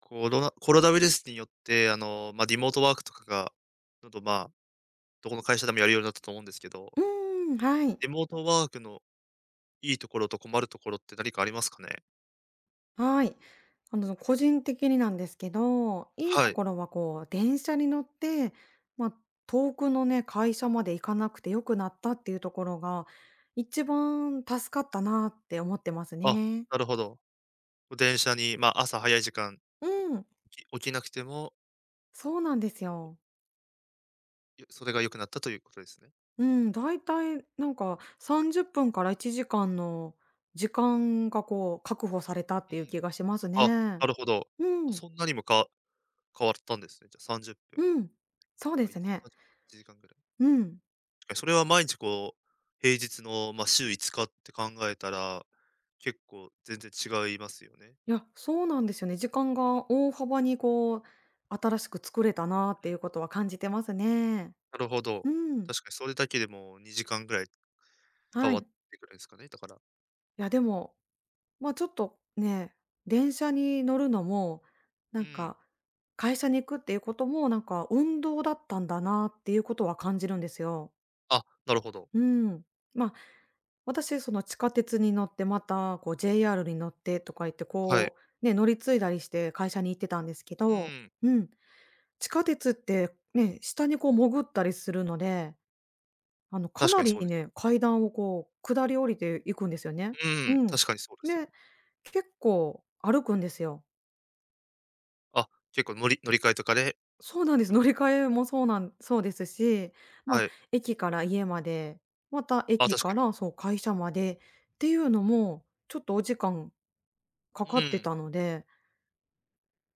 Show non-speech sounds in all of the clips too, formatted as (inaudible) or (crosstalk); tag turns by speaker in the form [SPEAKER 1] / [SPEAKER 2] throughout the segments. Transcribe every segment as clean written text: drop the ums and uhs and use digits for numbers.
[SPEAKER 1] コロナウイルスによって、まあ、リモートワークとかが、どんどん、まあ、どこの会社でもやるようになったと思うんですけど、
[SPEAKER 2] うーん、はい。
[SPEAKER 1] リモートワークのいいところと困るところって何かありますかね？
[SPEAKER 2] はい。個人的になんですけど、いい
[SPEAKER 1] は
[SPEAKER 2] と
[SPEAKER 1] い。
[SPEAKER 2] ころはこう、電車に乗って、まあ、遠くのね、会社まで行かなくて良くなったっていうところが、一番助かったなって思ってます
[SPEAKER 1] あ、
[SPEAKER 2] ね。
[SPEAKER 1] なるほど。電車に、まあ、朝早い時間、
[SPEAKER 2] うん、
[SPEAKER 1] 起きなくても、
[SPEAKER 2] そうなんですよ。
[SPEAKER 1] よそれが良くなったということですね。
[SPEAKER 2] うん、だいたいなんか30分から1時間の時間がこう、確保されたっ
[SPEAKER 1] う
[SPEAKER 2] ていう
[SPEAKER 1] ん。
[SPEAKER 2] 気がします
[SPEAKER 1] あ、
[SPEAKER 2] ね。
[SPEAKER 1] なるほど。
[SPEAKER 2] うん、
[SPEAKER 1] そんなにも変わったんですね。じゃ、30分と
[SPEAKER 2] うん、そうで
[SPEAKER 1] か、い
[SPEAKER 2] す
[SPEAKER 1] ち
[SPEAKER 2] ね。
[SPEAKER 1] さんじゅ1時間ぐらい。
[SPEAKER 2] うん。
[SPEAKER 1] それは毎日こう、平日の、まあ、週5日って考えたら、結構全然違いますよね。
[SPEAKER 2] いや、そうなんですよね。時間
[SPEAKER 1] うん、
[SPEAKER 2] が大幅にこう、新しく作れたなっ
[SPEAKER 1] う
[SPEAKER 2] てい
[SPEAKER 1] ん。
[SPEAKER 2] うことは感じてますね。
[SPEAKER 1] なるほど。
[SPEAKER 2] うん。
[SPEAKER 1] 確かにそれだけでも2時間ぐらい変
[SPEAKER 2] は
[SPEAKER 1] わっ
[SPEAKER 2] い。
[SPEAKER 1] てくるんですかね、だから。
[SPEAKER 2] いや、でも、ちょっとね、電車に乗るのも、な
[SPEAKER 1] う
[SPEAKER 2] ん
[SPEAKER 1] ん。
[SPEAKER 2] か、会社に行くっていうことも、なんか、運動だったんだなっていうことは感じるんですよ。
[SPEAKER 1] あ、なるほど。
[SPEAKER 2] うん。ま、あ私、その、地下鉄に乗って、また、こう、JR に乗ってとか言って、
[SPEAKER 1] はい。
[SPEAKER 2] こう、ね、乗り継いだりして会社に行ってたんですけ
[SPEAKER 1] う
[SPEAKER 2] ど、
[SPEAKER 1] ん。
[SPEAKER 2] うん。地下鉄って、ね、下にこう潜ったりするので、か
[SPEAKER 1] 確
[SPEAKER 2] な
[SPEAKER 1] かにそう
[SPEAKER 2] り
[SPEAKER 1] ですよ。
[SPEAKER 2] ね、階段をこう下り降りていくんですよね。
[SPEAKER 1] う
[SPEAKER 2] う
[SPEAKER 1] ん、
[SPEAKER 2] ん。
[SPEAKER 1] 確かにそうですよ
[SPEAKER 2] で、
[SPEAKER 1] ね。
[SPEAKER 2] 結構歩くんですよ。
[SPEAKER 1] あ、結構乗り換えとかで、
[SPEAKER 2] そうなんです。
[SPEAKER 1] うん。
[SPEAKER 2] 乗り換えもそうなんそうですし、まあ、
[SPEAKER 1] はい。
[SPEAKER 2] 駅から家まで、また
[SPEAKER 1] あ、
[SPEAKER 2] 駅
[SPEAKER 1] 確か
[SPEAKER 2] か
[SPEAKER 1] に。
[SPEAKER 2] ら、そう、会社までっていうのも、ちょっとお時間か
[SPEAKER 1] う
[SPEAKER 2] かって
[SPEAKER 1] ん、
[SPEAKER 2] たので、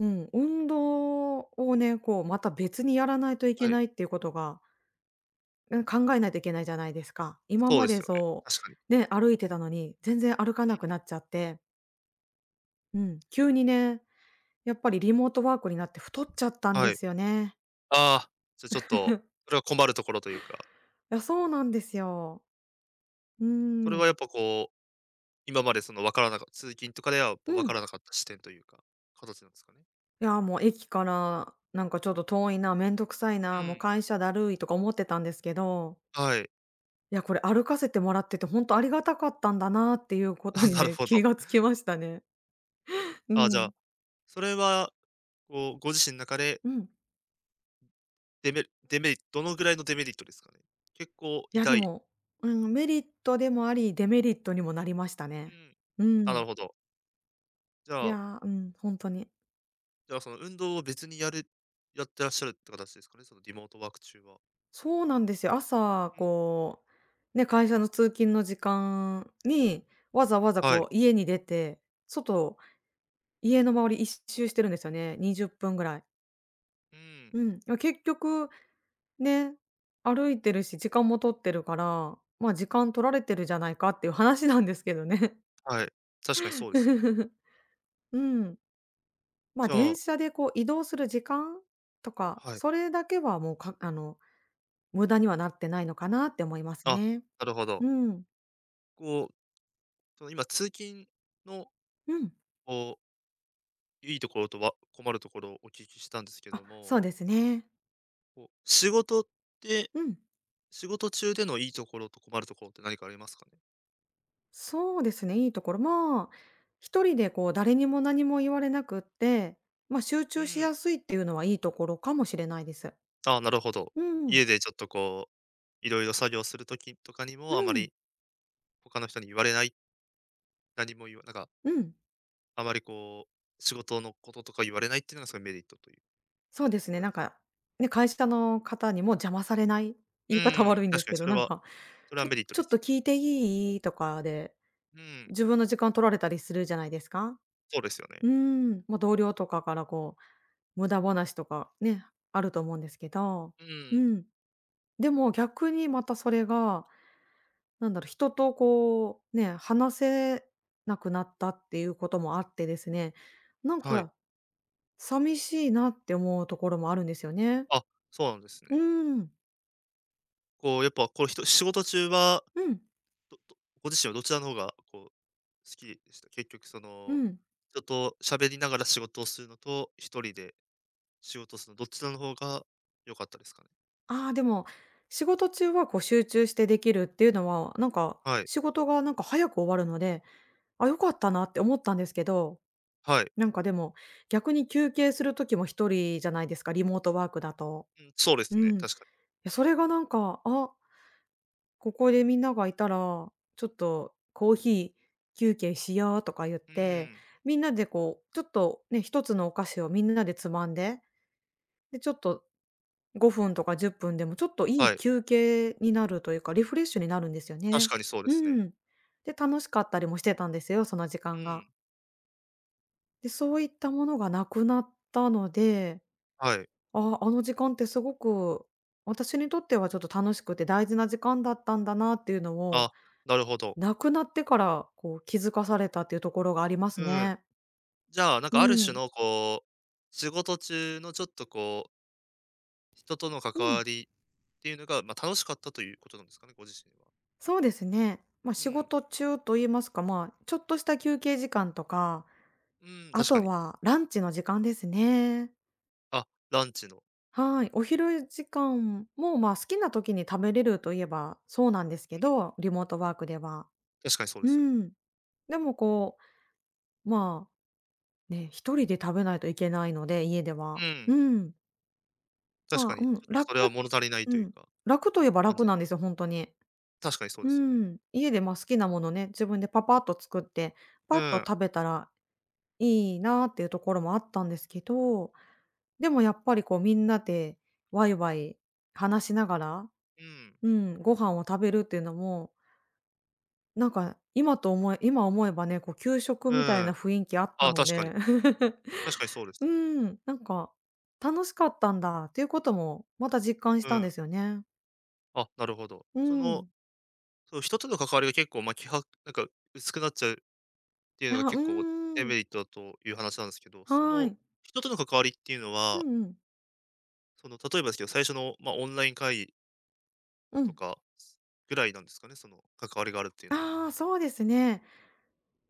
[SPEAKER 2] うん、運動をね、こうまた別にやらないといけ
[SPEAKER 1] はい。
[SPEAKER 2] ないっていうことがうん、考えないといけないじゃないですか。今
[SPEAKER 1] そう
[SPEAKER 2] ま
[SPEAKER 1] です
[SPEAKER 2] で
[SPEAKER 1] よね、
[SPEAKER 2] そ
[SPEAKER 1] 確かに。
[SPEAKER 2] う、ね、歩いてたのに、全然歩かなく
[SPEAKER 1] う
[SPEAKER 2] なっちゃって、うん、急にね、やっぱりリモートワークになって太っちゃった
[SPEAKER 1] ん、
[SPEAKER 2] ん
[SPEAKER 1] は
[SPEAKER 2] で
[SPEAKER 1] い。
[SPEAKER 2] すよね。
[SPEAKER 1] ああ、じゃ、ちょっと、
[SPEAKER 2] (laughs)
[SPEAKER 1] それは困るところというか、
[SPEAKER 2] いや、そうなんですよ。うー
[SPEAKER 1] それはや
[SPEAKER 2] ん。
[SPEAKER 1] っぱこう今までその分からなか通勤とかでは、
[SPEAKER 2] う
[SPEAKER 1] 分か
[SPEAKER 2] ん。
[SPEAKER 1] らなかった視点というか、形なんですかね。
[SPEAKER 2] いや、もう駅からなんかちょっと遠いな、めんどくさい
[SPEAKER 1] う
[SPEAKER 2] な、もう
[SPEAKER 1] ん、
[SPEAKER 2] 会社だるいとか思ってたんですけど、
[SPEAKER 1] はい。(laughs)
[SPEAKER 2] いや、これ歩かせてもらってて本当ありがたかったんだなっていうこと
[SPEAKER 1] あ、
[SPEAKER 2] に
[SPEAKER 1] なる
[SPEAKER 2] ね、
[SPEAKER 1] ほ
[SPEAKER 2] 気
[SPEAKER 1] ど。
[SPEAKER 2] がつきましたね。う
[SPEAKER 1] あ、じゃ
[SPEAKER 2] ん。
[SPEAKER 1] あ、それは、こう、ご自身の中で、
[SPEAKER 2] うん。
[SPEAKER 1] デメデメリどのぐらいのデメリットですかね？結構
[SPEAKER 2] いや、で
[SPEAKER 1] 痛い。
[SPEAKER 2] も、うん、メリットでもあり、デメリットにもなりました
[SPEAKER 1] う
[SPEAKER 2] ね。
[SPEAKER 1] ん。
[SPEAKER 2] う
[SPEAKER 1] あ、な
[SPEAKER 2] ん。
[SPEAKER 1] るほど。じ
[SPEAKER 2] い
[SPEAKER 1] ゃあ
[SPEAKER 2] や、うん、ほんとに。
[SPEAKER 1] じゃあ、その運動を別にやってらっしゃるって形ですかね？そのリモートワーク中は。
[SPEAKER 2] そうなんですよ。朝、
[SPEAKER 1] うん、
[SPEAKER 2] こう、ね、会社の通勤の時間に、わざわざ
[SPEAKER 1] は
[SPEAKER 2] こ
[SPEAKER 1] い。
[SPEAKER 2] う家に出て、外、家の周り一周してるんですよね、20分ぐらい。
[SPEAKER 1] うん、
[SPEAKER 2] うん。ま、結局、ね、歩いてるし、時間も取ってるから、時間取られてるじゃないかっていう話なんですけどね。
[SPEAKER 1] はい。確かにそうですね。
[SPEAKER 2] (laughs) うん。まあ、
[SPEAKER 1] じゃ
[SPEAKER 2] 電
[SPEAKER 1] あ、
[SPEAKER 2] 車でこう移動する時間とか、
[SPEAKER 1] はい。
[SPEAKER 2] それだけはもう、かあの、無駄にはなってないのかなって思います
[SPEAKER 1] あ、
[SPEAKER 2] ね。
[SPEAKER 1] なるほど。
[SPEAKER 2] うん。
[SPEAKER 1] こう、その今通勤の
[SPEAKER 2] うん。
[SPEAKER 1] こういいところとは困るところをお聞きしたんですけ
[SPEAKER 2] あ、
[SPEAKER 1] ど
[SPEAKER 2] そ
[SPEAKER 1] も、
[SPEAKER 2] うですね。
[SPEAKER 1] こうて
[SPEAKER 2] うん。
[SPEAKER 1] 仕事中でのいいところと困るところって何かありますかね？
[SPEAKER 2] そうですね、いいところ、まあ、一人でこう誰にも何も言われなくって、まあ、集
[SPEAKER 1] う
[SPEAKER 2] 中し
[SPEAKER 1] ん。
[SPEAKER 2] やすいっていうのはいいところかもしれないです。
[SPEAKER 1] ああ、なるほど。
[SPEAKER 2] うん。
[SPEAKER 1] 家でちょっとこう、いろいろ作業するときとかに
[SPEAKER 2] う
[SPEAKER 1] もあま
[SPEAKER 2] ん。
[SPEAKER 1] り他の人に言われない、何も言わなんか、
[SPEAKER 2] うん。
[SPEAKER 1] あまりこう、仕事のこととか言われないっていうのがすごいメリットという
[SPEAKER 2] そうです
[SPEAKER 1] こ
[SPEAKER 2] ね、
[SPEAKER 1] と
[SPEAKER 2] な
[SPEAKER 1] で
[SPEAKER 2] ん
[SPEAKER 1] すかね？
[SPEAKER 2] か、ね、会社の方にも邪魔されない、言
[SPEAKER 1] う
[SPEAKER 2] い方
[SPEAKER 1] ん、
[SPEAKER 2] 悪いんで
[SPEAKER 1] 確
[SPEAKER 2] す
[SPEAKER 1] かに
[SPEAKER 2] け
[SPEAKER 1] そ
[SPEAKER 2] ど、
[SPEAKER 1] れ
[SPEAKER 2] なん
[SPEAKER 1] は
[SPEAKER 2] か、
[SPEAKER 1] それは
[SPEAKER 2] ちょ
[SPEAKER 1] メリット
[SPEAKER 2] ち
[SPEAKER 1] で
[SPEAKER 2] ょっ
[SPEAKER 1] す
[SPEAKER 2] と
[SPEAKER 1] よね。
[SPEAKER 2] 聞いていい？とかで
[SPEAKER 1] うん、
[SPEAKER 2] 自分の時間取られたりするじゃないですか。
[SPEAKER 1] そうですよね。
[SPEAKER 2] うーん。まあ、同僚とかからこう、無駄話とかね、あると思うんですけど、
[SPEAKER 1] う
[SPEAKER 2] う
[SPEAKER 1] ん、
[SPEAKER 2] ん。でも逆にまたそれが、なんだろう、人とこう、ね、話せなくなったっていうこともあってですね、なん
[SPEAKER 1] はい。
[SPEAKER 2] か寂しいなって思うところもあるんですよね。
[SPEAKER 1] あ、そうなんですね。
[SPEAKER 2] うん。
[SPEAKER 1] こうやっぱこう、仕事中は
[SPEAKER 2] うん、
[SPEAKER 1] どどご自身はどちらの方がこう好きでした？結局そ
[SPEAKER 2] う
[SPEAKER 1] の、
[SPEAKER 2] ん。
[SPEAKER 1] 人と喋りながら仕事をするのと、一人で仕事をするのどちらの方が良かったですかね？
[SPEAKER 2] ああ、でも、仕事中はこう集中してできるっていうのは、なんか、
[SPEAKER 1] はい、
[SPEAKER 2] 仕事がなんか早く終わるので、あ、良かったなって思ったんですけど、
[SPEAKER 1] はい。
[SPEAKER 2] なんかでも、逆に休憩する時も一人じゃないですか、リモートワークだと。
[SPEAKER 1] うん、そうで
[SPEAKER 2] う
[SPEAKER 1] すね、
[SPEAKER 2] ん。い
[SPEAKER 1] 確かに。
[SPEAKER 2] やそれがなんか、あ、ここでみんながいたら、ちょっとコーヒー休憩しようとか言っ
[SPEAKER 1] う
[SPEAKER 2] て、
[SPEAKER 1] ーん、
[SPEAKER 2] みんなでこう、ちょっとね、一つのお菓子をみんなでつまんで、で、ちょっと5分とか10分でもちょっとい
[SPEAKER 1] は
[SPEAKER 2] い
[SPEAKER 1] い、
[SPEAKER 2] 休憩になるというか、リフレッシュになるんですよ
[SPEAKER 1] 確
[SPEAKER 2] ね。
[SPEAKER 1] かにそうで
[SPEAKER 2] う
[SPEAKER 1] すね。
[SPEAKER 2] ん。で、楽しかったりもしてたんですよ、その時
[SPEAKER 1] う
[SPEAKER 2] 間が。
[SPEAKER 1] ん、
[SPEAKER 2] で、そういったものがなくなったので、
[SPEAKER 1] はい。
[SPEAKER 2] ああ、あの時間ってすごく、私にとってはちょっと楽しくて大事な時間だったんだなっていうのを、
[SPEAKER 1] あ、なるほど。
[SPEAKER 2] なくなってからこう気づかされたっていうところがあります
[SPEAKER 1] うん。
[SPEAKER 2] ね。
[SPEAKER 1] じゃあ、なん
[SPEAKER 2] う
[SPEAKER 1] かある種
[SPEAKER 2] ん。
[SPEAKER 1] のこう、仕事中のちょっとこう、人との関
[SPEAKER 2] う
[SPEAKER 1] わ
[SPEAKER 2] ん、
[SPEAKER 1] りっていうのが、ま、楽しかったということなんですかね？ご自身は。
[SPEAKER 2] そうですね。まあ、
[SPEAKER 1] う
[SPEAKER 2] 仕
[SPEAKER 1] ん、
[SPEAKER 2] 事中と言いますか、まあ、ちょっとした休憩時間とか、
[SPEAKER 1] うん、
[SPEAKER 2] あ
[SPEAKER 1] 確か
[SPEAKER 2] と
[SPEAKER 1] に。
[SPEAKER 2] はランチの時間ですね。
[SPEAKER 1] あ、ランチの。
[SPEAKER 2] はい、お昼時間も、まあ、好きな時に食べれるといえばそうなんですけ
[SPEAKER 1] うん。
[SPEAKER 2] ど、リモートワークでは。
[SPEAKER 1] 確かにそうで
[SPEAKER 2] う
[SPEAKER 1] すよね。
[SPEAKER 2] ん。でもこう、まあ、ね、一人で食べないといけないので、家で
[SPEAKER 1] う
[SPEAKER 2] は。
[SPEAKER 1] ん、
[SPEAKER 2] うん。
[SPEAKER 1] 確
[SPEAKER 2] ま
[SPEAKER 1] か
[SPEAKER 2] あ、う
[SPEAKER 1] に、ち
[SPEAKER 2] ん、
[SPEAKER 1] ょっとそれは物足りない
[SPEAKER 2] う
[SPEAKER 1] という
[SPEAKER 2] ん、
[SPEAKER 1] か、
[SPEAKER 2] 楽といえば
[SPEAKER 1] 感
[SPEAKER 2] 楽
[SPEAKER 1] じ
[SPEAKER 2] なんですよ、本当に。
[SPEAKER 1] 確かにそう
[SPEAKER 2] う
[SPEAKER 1] ですよね。
[SPEAKER 2] ん。家で、ま、好きなものね、自分でパパッと作って、
[SPEAKER 1] う
[SPEAKER 2] パッと
[SPEAKER 1] ん、
[SPEAKER 2] 食べたらいいなっていうところもあったんですけど、でもやっぱりこうみんなでワイワイ話しながら、
[SPEAKER 1] うん、
[SPEAKER 2] うん、ご飯を食べるっていうのも、なんか今思えばね、こう給食
[SPEAKER 1] うん。
[SPEAKER 2] みたいな
[SPEAKER 1] あ
[SPEAKER 2] 雰囲気あった
[SPEAKER 1] あ、
[SPEAKER 2] の
[SPEAKER 1] 確かに。
[SPEAKER 2] で。(laughs)
[SPEAKER 1] 確かにそうで
[SPEAKER 2] う
[SPEAKER 1] すね。
[SPEAKER 2] ーん、なんか、楽しかったんだっていうことも、また実感し
[SPEAKER 1] う
[SPEAKER 2] たんで
[SPEAKER 1] ん。
[SPEAKER 2] すよね。
[SPEAKER 1] あ、なるほど。
[SPEAKER 2] う
[SPEAKER 1] その、
[SPEAKER 2] ん。
[SPEAKER 1] その人との関わりが結構、まあ、なんか薄くなっちゃうっていうのが
[SPEAKER 2] あ、う
[SPEAKER 1] 結構デ
[SPEAKER 2] ーん。
[SPEAKER 1] メリットだという話なんですけど、そ
[SPEAKER 2] は
[SPEAKER 1] の
[SPEAKER 2] い。
[SPEAKER 1] 人との関わりっていうの
[SPEAKER 2] う
[SPEAKER 1] は、
[SPEAKER 2] んうん。
[SPEAKER 1] その例えばですけど、最初の、まあ、オンライン会議
[SPEAKER 2] う
[SPEAKER 1] と
[SPEAKER 2] ん。
[SPEAKER 1] かぐらいなんですかね、その関わりがあるっていうのは。
[SPEAKER 2] ああ、そうですね。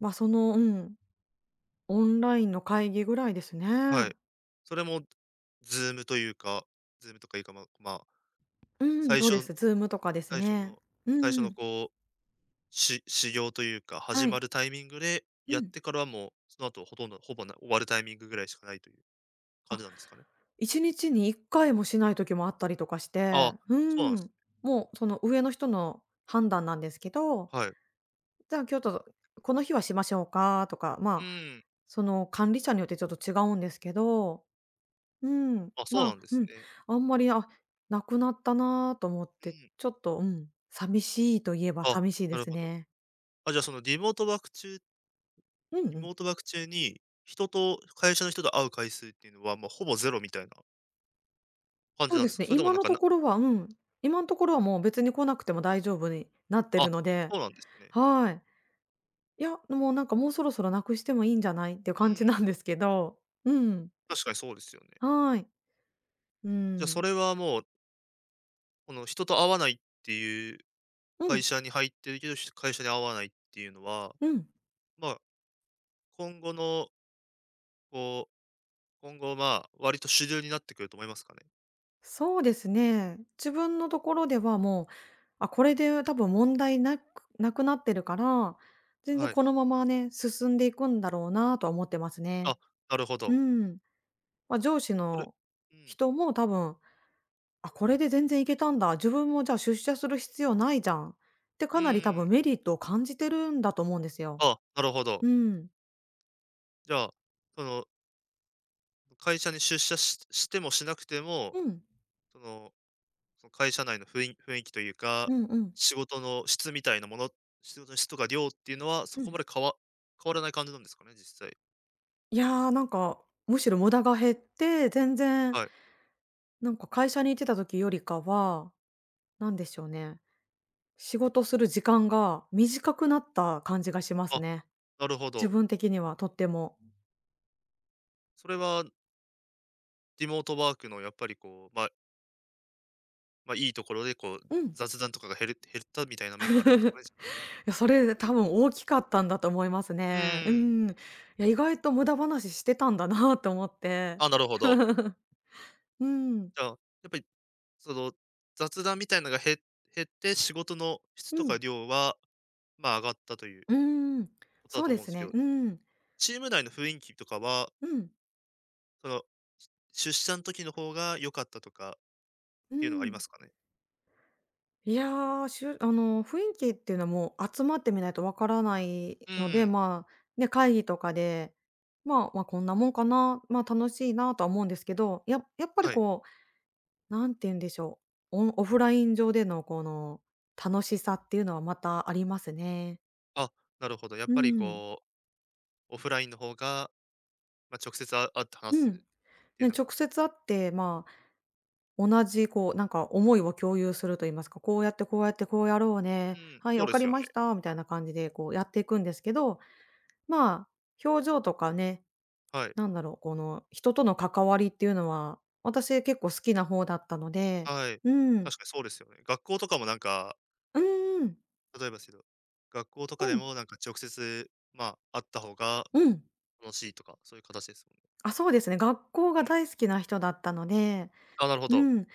[SPEAKER 2] ま、その、うん、オンラインの会議ぐらいですね。
[SPEAKER 1] はい。それもズームというか、ズームとかいうか、まあまあ
[SPEAKER 2] うん、
[SPEAKER 1] 最
[SPEAKER 2] そう
[SPEAKER 1] 初
[SPEAKER 2] です。Zoom とかです
[SPEAKER 1] 最初
[SPEAKER 2] ね。
[SPEAKER 1] の
[SPEAKER 2] う
[SPEAKER 1] 最
[SPEAKER 2] ん
[SPEAKER 1] 初
[SPEAKER 2] う
[SPEAKER 1] の
[SPEAKER 2] ん。
[SPEAKER 1] こう、始業というか、始
[SPEAKER 2] は
[SPEAKER 1] ま
[SPEAKER 2] い。
[SPEAKER 1] るタイミングで
[SPEAKER 2] う
[SPEAKER 1] やっ
[SPEAKER 2] ん。
[SPEAKER 1] てからはもう、その後ほとんど、ほぼ終わるタイミングぐらいしかないという感
[SPEAKER 2] あ、
[SPEAKER 1] じなんですかね？
[SPEAKER 2] 1日に1回もしない時もあったりとかし
[SPEAKER 1] あ
[SPEAKER 2] て、
[SPEAKER 1] あ、
[SPEAKER 2] う
[SPEAKER 1] そうなんです。
[SPEAKER 2] ん。もう、その、上の人の判断なんですけど、
[SPEAKER 1] はい。
[SPEAKER 2] じゃあ、今日とこの日はしましょうかとか、
[SPEAKER 1] う
[SPEAKER 2] まあ、
[SPEAKER 1] ーん。
[SPEAKER 2] その管理者によってちょっと違うんですけど、うん、
[SPEAKER 1] あ、そう
[SPEAKER 2] ま
[SPEAKER 1] な
[SPEAKER 2] あ、
[SPEAKER 1] んで
[SPEAKER 2] う
[SPEAKER 1] す
[SPEAKER 2] ん、
[SPEAKER 1] ね。
[SPEAKER 2] あんまり、なくなったなと思っ
[SPEAKER 1] う
[SPEAKER 2] て、
[SPEAKER 1] ん。
[SPEAKER 2] ちょっと、うん、寂しいといえば
[SPEAKER 1] あ、
[SPEAKER 2] 寂しい
[SPEAKER 1] な
[SPEAKER 2] で
[SPEAKER 1] る
[SPEAKER 2] す
[SPEAKER 1] ほど。
[SPEAKER 2] ね。
[SPEAKER 1] あ、じゃあそのリモートワーク中
[SPEAKER 2] うんうん。
[SPEAKER 1] に、会社の人と会う回数っていうのは、もうほぼゼロみたいな感じ
[SPEAKER 2] そう
[SPEAKER 1] なん
[SPEAKER 2] で
[SPEAKER 1] です
[SPEAKER 2] す
[SPEAKER 1] か？
[SPEAKER 2] ね、
[SPEAKER 1] それとも
[SPEAKER 2] 今
[SPEAKER 1] なん
[SPEAKER 2] の
[SPEAKER 1] か、
[SPEAKER 2] と
[SPEAKER 1] な
[SPEAKER 2] ころは、うん、今のところはもう別に来なくても大丈夫になって
[SPEAKER 1] あ、
[SPEAKER 2] るので、
[SPEAKER 1] そうなんですね。
[SPEAKER 2] はい。いや、もうなんかもうそろそろなくしてもいいんじゃないっていう
[SPEAKER 1] う
[SPEAKER 2] 感じ
[SPEAKER 1] ん。
[SPEAKER 2] なんですけど、うん、
[SPEAKER 1] 確かにそうですよね。
[SPEAKER 2] はい。う
[SPEAKER 1] じゃあそ
[SPEAKER 2] ん、
[SPEAKER 1] れはもう、この人と会わないっていう
[SPEAKER 2] う
[SPEAKER 1] 会
[SPEAKER 2] ん、
[SPEAKER 1] 社に入ってるけど、会社に合わないっていうのは、
[SPEAKER 2] うん。
[SPEAKER 1] まあ、今後の、こう、今後、まあ、割と主流になってくると思いますかね？
[SPEAKER 2] そうですね。自分のところではもう、あ、これで多分問題なくなくなってるから、全然
[SPEAKER 1] はい。
[SPEAKER 2] このままね、進んでいくんだろうなとは思ってます
[SPEAKER 1] あ、
[SPEAKER 2] ね。
[SPEAKER 1] なるほ
[SPEAKER 2] う
[SPEAKER 1] ど。
[SPEAKER 2] ん。まあ、上司
[SPEAKER 1] それ
[SPEAKER 2] の
[SPEAKER 1] うん、
[SPEAKER 2] 人も多分、あ、これで全然いけたんだ、自分もじゃあ出社する必要ないじゃんって
[SPEAKER 1] う
[SPEAKER 2] かなり多
[SPEAKER 1] ーん。
[SPEAKER 2] 分メリットを感じてるんだと思うんですよ。
[SPEAKER 1] あ、なるほど。
[SPEAKER 2] うん。
[SPEAKER 1] じゃあ、その、会社に出社してもしなくても、
[SPEAKER 2] うん。
[SPEAKER 1] その、その会社内の雰囲気というか、
[SPEAKER 2] うんうん。
[SPEAKER 1] 仕事の質みたいなもの仕事の質とか量っていうのは、そ
[SPEAKER 2] う
[SPEAKER 1] こま
[SPEAKER 2] ん。
[SPEAKER 1] で変わらない感じなんですかね？実際。
[SPEAKER 2] いやー、なんか、むしろ無駄が減って、全然
[SPEAKER 1] はい。
[SPEAKER 2] なんか会社に行ってた時よりかはなんでしょうね、仕事する時間が短くなった感じがします
[SPEAKER 1] あ、
[SPEAKER 2] ね。
[SPEAKER 1] なるほ
[SPEAKER 2] 自
[SPEAKER 1] ど。
[SPEAKER 2] 分的にはとっても。
[SPEAKER 1] それはリモートワークのやっぱりこう、まあまあ、いいところでこう、
[SPEAKER 2] うん。い
[SPEAKER 1] 雑談とかが減ったみたいな面があるんですかね、じゃあ
[SPEAKER 2] や、それ多分大きかったんだと思います
[SPEAKER 1] う
[SPEAKER 2] ね。う
[SPEAKER 1] ーん。
[SPEAKER 2] ん。いや、意外と無駄話してたんだなと思って。
[SPEAKER 1] あ、なるほど。
[SPEAKER 2] (laughs) うん。
[SPEAKER 1] じゃあ、やっぱりその、雑談みたいなのが減って、仕事の質
[SPEAKER 2] う
[SPEAKER 1] とか
[SPEAKER 2] ん。
[SPEAKER 1] 量は、まあ、上がったという
[SPEAKER 2] うん。
[SPEAKER 1] ことだ
[SPEAKER 2] そう
[SPEAKER 1] と
[SPEAKER 2] で
[SPEAKER 1] 思うんで
[SPEAKER 2] す
[SPEAKER 1] すけ
[SPEAKER 2] ね。
[SPEAKER 1] ど、
[SPEAKER 2] うん。
[SPEAKER 1] チーム内の雰囲気とかは、
[SPEAKER 2] うん。
[SPEAKER 1] その、出社の時の方が良かったとか
[SPEAKER 2] う
[SPEAKER 1] っていうのはありま
[SPEAKER 2] ん。
[SPEAKER 1] すかね？
[SPEAKER 2] いやー、しゅあの、雰囲気っていうのはもう集まってみないとわからない
[SPEAKER 1] う
[SPEAKER 2] の
[SPEAKER 1] ー
[SPEAKER 2] で、
[SPEAKER 1] ん、
[SPEAKER 2] まあ、ね、会議とかで、まあ、こんなもんかな、まあ、楽しいなとは思うんですけど、やっぱり
[SPEAKER 1] はい。
[SPEAKER 2] こう、なんて言うんでしょう、オフライン上でのこの楽しさっていうのはまたありますね。
[SPEAKER 1] あ、なるほど。やっ
[SPEAKER 2] う
[SPEAKER 1] ぱり
[SPEAKER 2] ん。
[SPEAKER 1] こう、オフラインの方が、まあ、直接会って話
[SPEAKER 2] う
[SPEAKER 1] すっ
[SPEAKER 2] ん。
[SPEAKER 1] ていう
[SPEAKER 2] ね、
[SPEAKER 1] のが
[SPEAKER 2] 直接会って、まあ、同じこう、なんか思いを共有すると言いますか、こうやってこうやってこうやろう
[SPEAKER 1] う
[SPEAKER 2] ね、
[SPEAKER 1] ん、
[SPEAKER 2] はい、
[SPEAKER 1] そう
[SPEAKER 2] わ
[SPEAKER 1] で
[SPEAKER 2] か
[SPEAKER 1] す
[SPEAKER 2] り
[SPEAKER 1] よね。
[SPEAKER 2] ましたみたいな感じでこうやっていくんですけど、まあ、表情とかね、
[SPEAKER 1] はい。
[SPEAKER 2] なんだろう、この人との関わりっていうのは、私結構好きな方だったので、
[SPEAKER 1] はい。
[SPEAKER 2] うん。
[SPEAKER 1] 確かにそうですよね。学校とかもなんか、
[SPEAKER 2] うんうん。
[SPEAKER 1] 例えばですけど、学校とか
[SPEAKER 2] う
[SPEAKER 1] で
[SPEAKER 2] ん。
[SPEAKER 1] もなんか直接、まあ、会った方が
[SPEAKER 2] うん。
[SPEAKER 1] 楽しいとか、そういう形ですもんね。
[SPEAKER 2] あ、そうですね、学校が
[SPEAKER 1] うん。
[SPEAKER 2] 大好きな人だったので、
[SPEAKER 1] あ、なるほ
[SPEAKER 2] う
[SPEAKER 1] ど。
[SPEAKER 2] ん。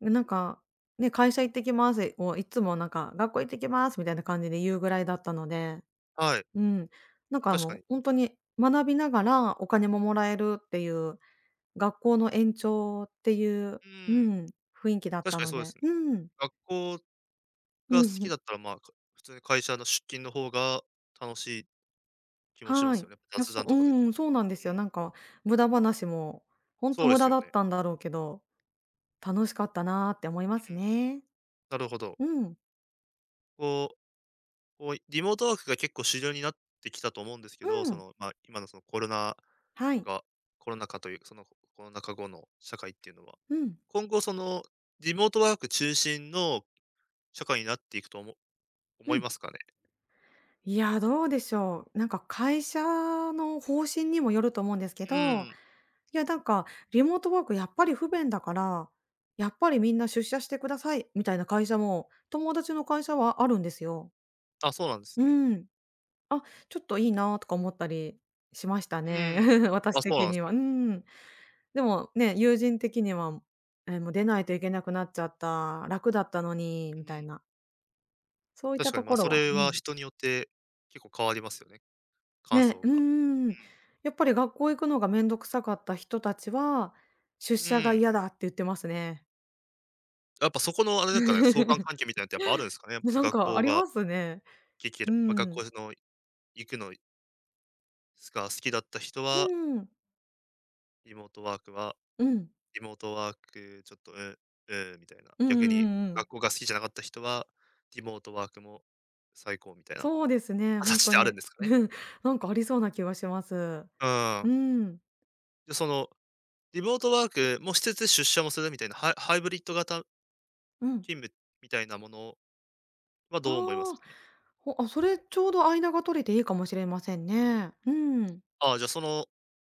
[SPEAKER 2] なんか、ね、「会社行ってきます」をいつもなんか「学校行ってきます」みたいな感じで言うぐらいだったので、
[SPEAKER 1] はい。
[SPEAKER 2] うん。なんか
[SPEAKER 1] 確か
[SPEAKER 2] もう
[SPEAKER 1] に。
[SPEAKER 2] 本当に学びながらお金ももらえるっていう、学校の延長っていう、
[SPEAKER 1] う
[SPEAKER 2] う
[SPEAKER 1] ん。
[SPEAKER 2] ん、雰囲気だっ
[SPEAKER 1] 確
[SPEAKER 2] た
[SPEAKER 1] かに
[SPEAKER 2] の
[SPEAKER 1] そうで
[SPEAKER 2] で、
[SPEAKER 1] すね。
[SPEAKER 2] うん。
[SPEAKER 1] 学校が好
[SPEAKER 2] う
[SPEAKER 1] き
[SPEAKER 2] ん。
[SPEAKER 1] だっ
[SPEAKER 2] (laughs)
[SPEAKER 1] たら、まあ、普通に会社の出勤の方が楽しい気もしま
[SPEAKER 2] はい。
[SPEAKER 1] す
[SPEAKER 2] い
[SPEAKER 1] よね。
[SPEAKER 2] や、
[SPEAKER 1] 雑談とかできて。
[SPEAKER 2] うん、そうなん
[SPEAKER 1] う
[SPEAKER 2] で
[SPEAKER 1] ん、
[SPEAKER 2] すよ。なんか無駄話も、ほん
[SPEAKER 1] そ
[SPEAKER 2] と
[SPEAKER 1] うで
[SPEAKER 2] 無
[SPEAKER 1] す
[SPEAKER 2] 駄
[SPEAKER 1] よ
[SPEAKER 2] だっ
[SPEAKER 1] ね。
[SPEAKER 2] たんだろうけど、楽しかったなって思いま
[SPEAKER 1] う
[SPEAKER 2] す
[SPEAKER 1] ん、
[SPEAKER 2] ね。
[SPEAKER 1] なるほど。
[SPEAKER 2] うん、
[SPEAKER 1] こうこう、リモートワークが結構主流になってきたと思うんですけど、
[SPEAKER 2] う
[SPEAKER 1] そ
[SPEAKER 2] ん、
[SPEAKER 1] の、まあ、今のその
[SPEAKER 2] はい、
[SPEAKER 1] がコロナ禍という、その、コロナ禍後の社会っていうのは、
[SPEAKER 2] うん、
[SPEAKER 1] 今後その、リモートワーク中心の社会になっていくとも思
[SPEAKER 2] う
[SPEAKER 1] い
[SPEAKER 2] ん。
[SPEAKER 1] ますかね？
[SPEAKER 2] いや、どうでしょう。なんか会社の方針にもよると思うんですけ
[SPEAKER 1] う
[SPEAKER 2] ど、
[SPEAKER 1] ん。
[SPEAKER 2] いや、なんかリモートワークやっぱり不便だから、やっぱりみんな出社してくださいみたいな会社も、友達の会社はあるんですよ。
[SPEAKER 1] あ、そうなんです
[SPEAKER 2] う
[SPEAKER 1] ね。
[SPEAKER 2] ん。あ、ちょっといいなとか思ったりしました
[SPEAKER 1] う
[SPEAKER 2] ね。
[SPEAKER 1] ん。
[SPEAKER 2] (laughs) 私
[SPEAKER 1] あ、そうな
[SPEAKER 2] 的
[SPEAKER 1] んです
[SPEAKER 2] には。
[SPEAKER 1] ね。
[SPEAKER 2] うん。でもね、友人的には、え、もう出ないといけなくなっちゃった、楽だったのに
[SPEAKER 1] う
[SPEAKER 2] みたい
[SPEAKER 1] ん。
[SPEAKER 2] な、そういっ
[SPEAKER 1] 確
[SPEAKER 2] た
[SPEAKER 1] かに、
[SPEAKER 2] と
[SPEAKER 1] まあ、
[SPEAKER 2] こ
[SPEAKER 1] そ
[SPEAKER 2] ろは、
[SPEAKER 1] れ
[SPEAKER 2] う
[SPEAKER 1] は
[SPEAKER 2] ん。
[SPEAKER 1] 人によって結構変わりますよね、感
[SPEAKER 2] ね、
[SPEAKER 1] 想
[SPEAKER 2] う
[SPEAKER 1] が。
[SPEAKER 2] ん、やっぱり学校行くのがめんどくさかった人たちは、出
[SPEAKER 1] うん。う
[SPEAKER 2] 社が
[SPEAKER 1] ん。
[SPEAKER 2] 嫌だって言ってますね。
[SPEAKER 1] やっぱそこのあれなんかね、相関関係
[SPEAKER 2] (laughs)
[SPEAKER 1] みたいなのってやっぱあるんですかね？やっぱ
[SPEAKER 2] なん
[SPEAKER 1] 学
[SPEAKER 2] か
[SPEAKER 1] 校
[SPEAKER 2] あり
[SPEAKER 1] が、
[SPEAKER 2] ますね。う
[SPEAKER 1] まあ、学
[SPEAKER 2] ん。
[SPEAKER 1] 校の行くのすか、好きだった人
[SPEAKER 2] う
[SPEAKER 1] は、
[SPEAKER 2] ん。
[SPEAKER 1] リモートワークは
[SPEAKER 2] うん。
[SPEAKER 1] リモートワークちょっと、うん、うん、みたいな。
[SPEAKER 2] うんう
[SPEAKER 1] 逆
[SPEAKER 2] ん
[SPEAKER 1] に
[SPEAKER 2] うんうん。
[SPEAKER 1] 学校が好きじゃなかった人は、リモートワークも最高みたいな
[SPEAKER 2] そうですね、本
[SPEAKER 1] 形
[SPEAKER 2] 当
[SPEAKER 1] である
[SPEAKER 2] に。
[SPEAKER 1] んですかね。
[SPEAKER 2] (laughs) なんかありそうな気がします。
[SPEAKER 1] う
[SPEAKER 2] う
[SPEAKER 1] ん。
[SPEAKER 2] ん。
[SPEAKER 1] で、その、リモートワークもしつつ出社もするみたいな、ハイブリッド型
[SPEAKER 2] うん。
[SPEAKER 1] 勤務みたいなものはどう思います
[SPEAKER 2] あ
[SPEAKER 1] か
[SPEAKER 2] あ、
[SPEAKER 1] ね？
[SPEAKER 2] それちょうど間が取れていいかもしれません
[SPEAKER 1] うん。
[SPEAKER 2] ね。うん。
[SPEAKER 1] ああ、じゃあ、その、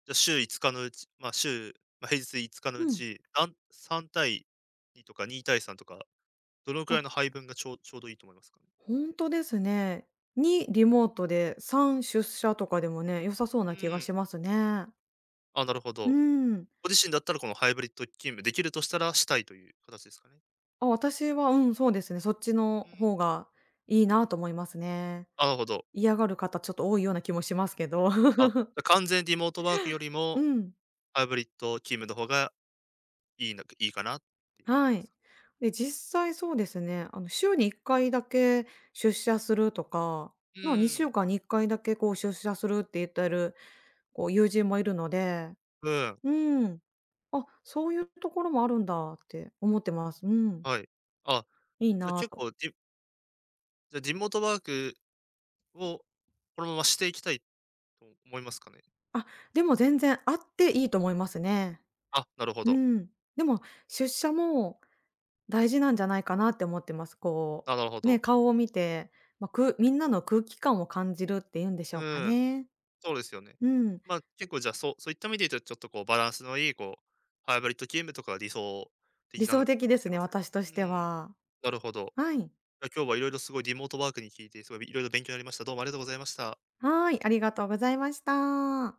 [SPEAKER 1] じゃ、週5日のうち、ま、まあ、平日5日のう
[SPEAKER 2] うん。
[SPEAKER 1] ち、3対2とか2対3とか、どのく
[SPEAKER 2] あ、
[SPEAKER 1] らいの配分がちょうどいいと思いますかね？
[SPEAKER 2] ほんとですね。2リモートで3出社とかでもね、良さそう
[SPEAKER 1] う
[SPEAKER 2] な気が
[SPEAKER 1] ん。
[SPEAKER 2] しますね。
[SPEAKER 1] あ、なるほ
[SPEAKER 2] う
[SPEAKER 1] ど。
[SPEAKER 2] ん。
[SPEAKER 1] ご自身だったらこのハイブリッド勤務できるとしたらしたいという形ですかね。
[SPEAKER 2] あ、私は、うん、そうですね、そっち
[SPEAKER 1] う
[SPEAKER 2] の
[SPEAKER 1] ん。
[SPEAKER 2] 方がいいなと思いますね。
[SPEAKER 1] あ、なるほど。
[SPEAKER 2] 嫌がる方ちょっと多いような気もしますけ
[SPEAKER 1] うん。
[SPEAKER 2] ど。
[SPEAKER 1] あ、
[SPEAKER 2] (laughs)
[SPEAKER 1] 完全リモートワークより
[SPEAKER 2] う
[SPEAKER 1] も、
[SPEAKER 2] ん。
[SPEAKER 1] ハイブリッド勤務の方がいいかなっていう形
[SPEAKER 2] は
[SPEAKER 1] です
[SPEAKER 2] い。
[SPEAKER 1] か？
[SPEAKER 2] で、実際そうですね、週に1回だけ出社するとか、
[SPEAKER 1] う
[SPEAKER 2] まあ、2
[SPEAKER 1] ん。
[SPEAKER 2] 週間に1回だけこう出社するって言ってる、こう、友人もいるので、
[SPEAKER 1] うん、
[SPEAKER 2] うん、あ、そういうところもあるんだって思ってます。うん、
[SPEAKER 1] はい。あ、
[SPEAKER 2] いい
[SPEAKER 1] じゃ、
[SPEAKER 2] なぁ
[SPEAKER 1] 結
[SPEAKER 2] と。
[SPEAKER 1] 構リ、じじゃ、リモートワークをこのまましていきたいと思いますかね？
[SPEAKER 2] あ、でも全然あっていいと思いますね。
[SPEAKER 1] あ、なるほ
[SPEAKER 2] う
[SPEAKER 1] ど。
[SPEAKER 2] ん。でも出社も大事なんじゃないかなって思ってます。こ
[SPEAKER 1] あ、なるほ
[SPEAKER 2] う、ね、
[SPEAKER 1] ど。
[SPEAKER 2] 顔を見て、まあ、みんなの空気感を感じるっていうんでしょ
[SPEAKER 1] う
[SPEAKER 2] うか
[SPEAKER 1] ん。
[SPEAKER 2] ね。
[SPEAKER 1] そうですよね。
[SPEAKER 2] うん。
[SPEAKER 1] まあ、結構じゃあ、そういった意味で言うと、ちょっとこうバランスのいいこう、ハイブリッドゲームとかが理想的
[SPEAKER 2] 理
[SPEAKER 1] なの
[SPEAKER 2] 想
[SPEAKER 1] か
[SPEAKER 2] 的
[SPEAKER 1] も
[SPEAKER 2] で
[SPEAKER 1] し
[SPEAKER 2] す
[SPEAKER 1] れま
[SPEAKER 2] ね、
[SPEAKER 1] せん。
[SPEAKER 2] 私とし
[SPEAKER 1] う
[SPEAKER 2] て
[SPEAKER 1] ん、
[SPEAKER 2] は。
[SPEAKER 1] なるほど。
[SPEAKER 2] はい。
[SPEAKER 1] いや、今日は色々すごいリモートワークに聞いて、すごい色々勉強になりました。どうもありがとうございました。
[SPEAKER 2] はーい、ありがとうございました。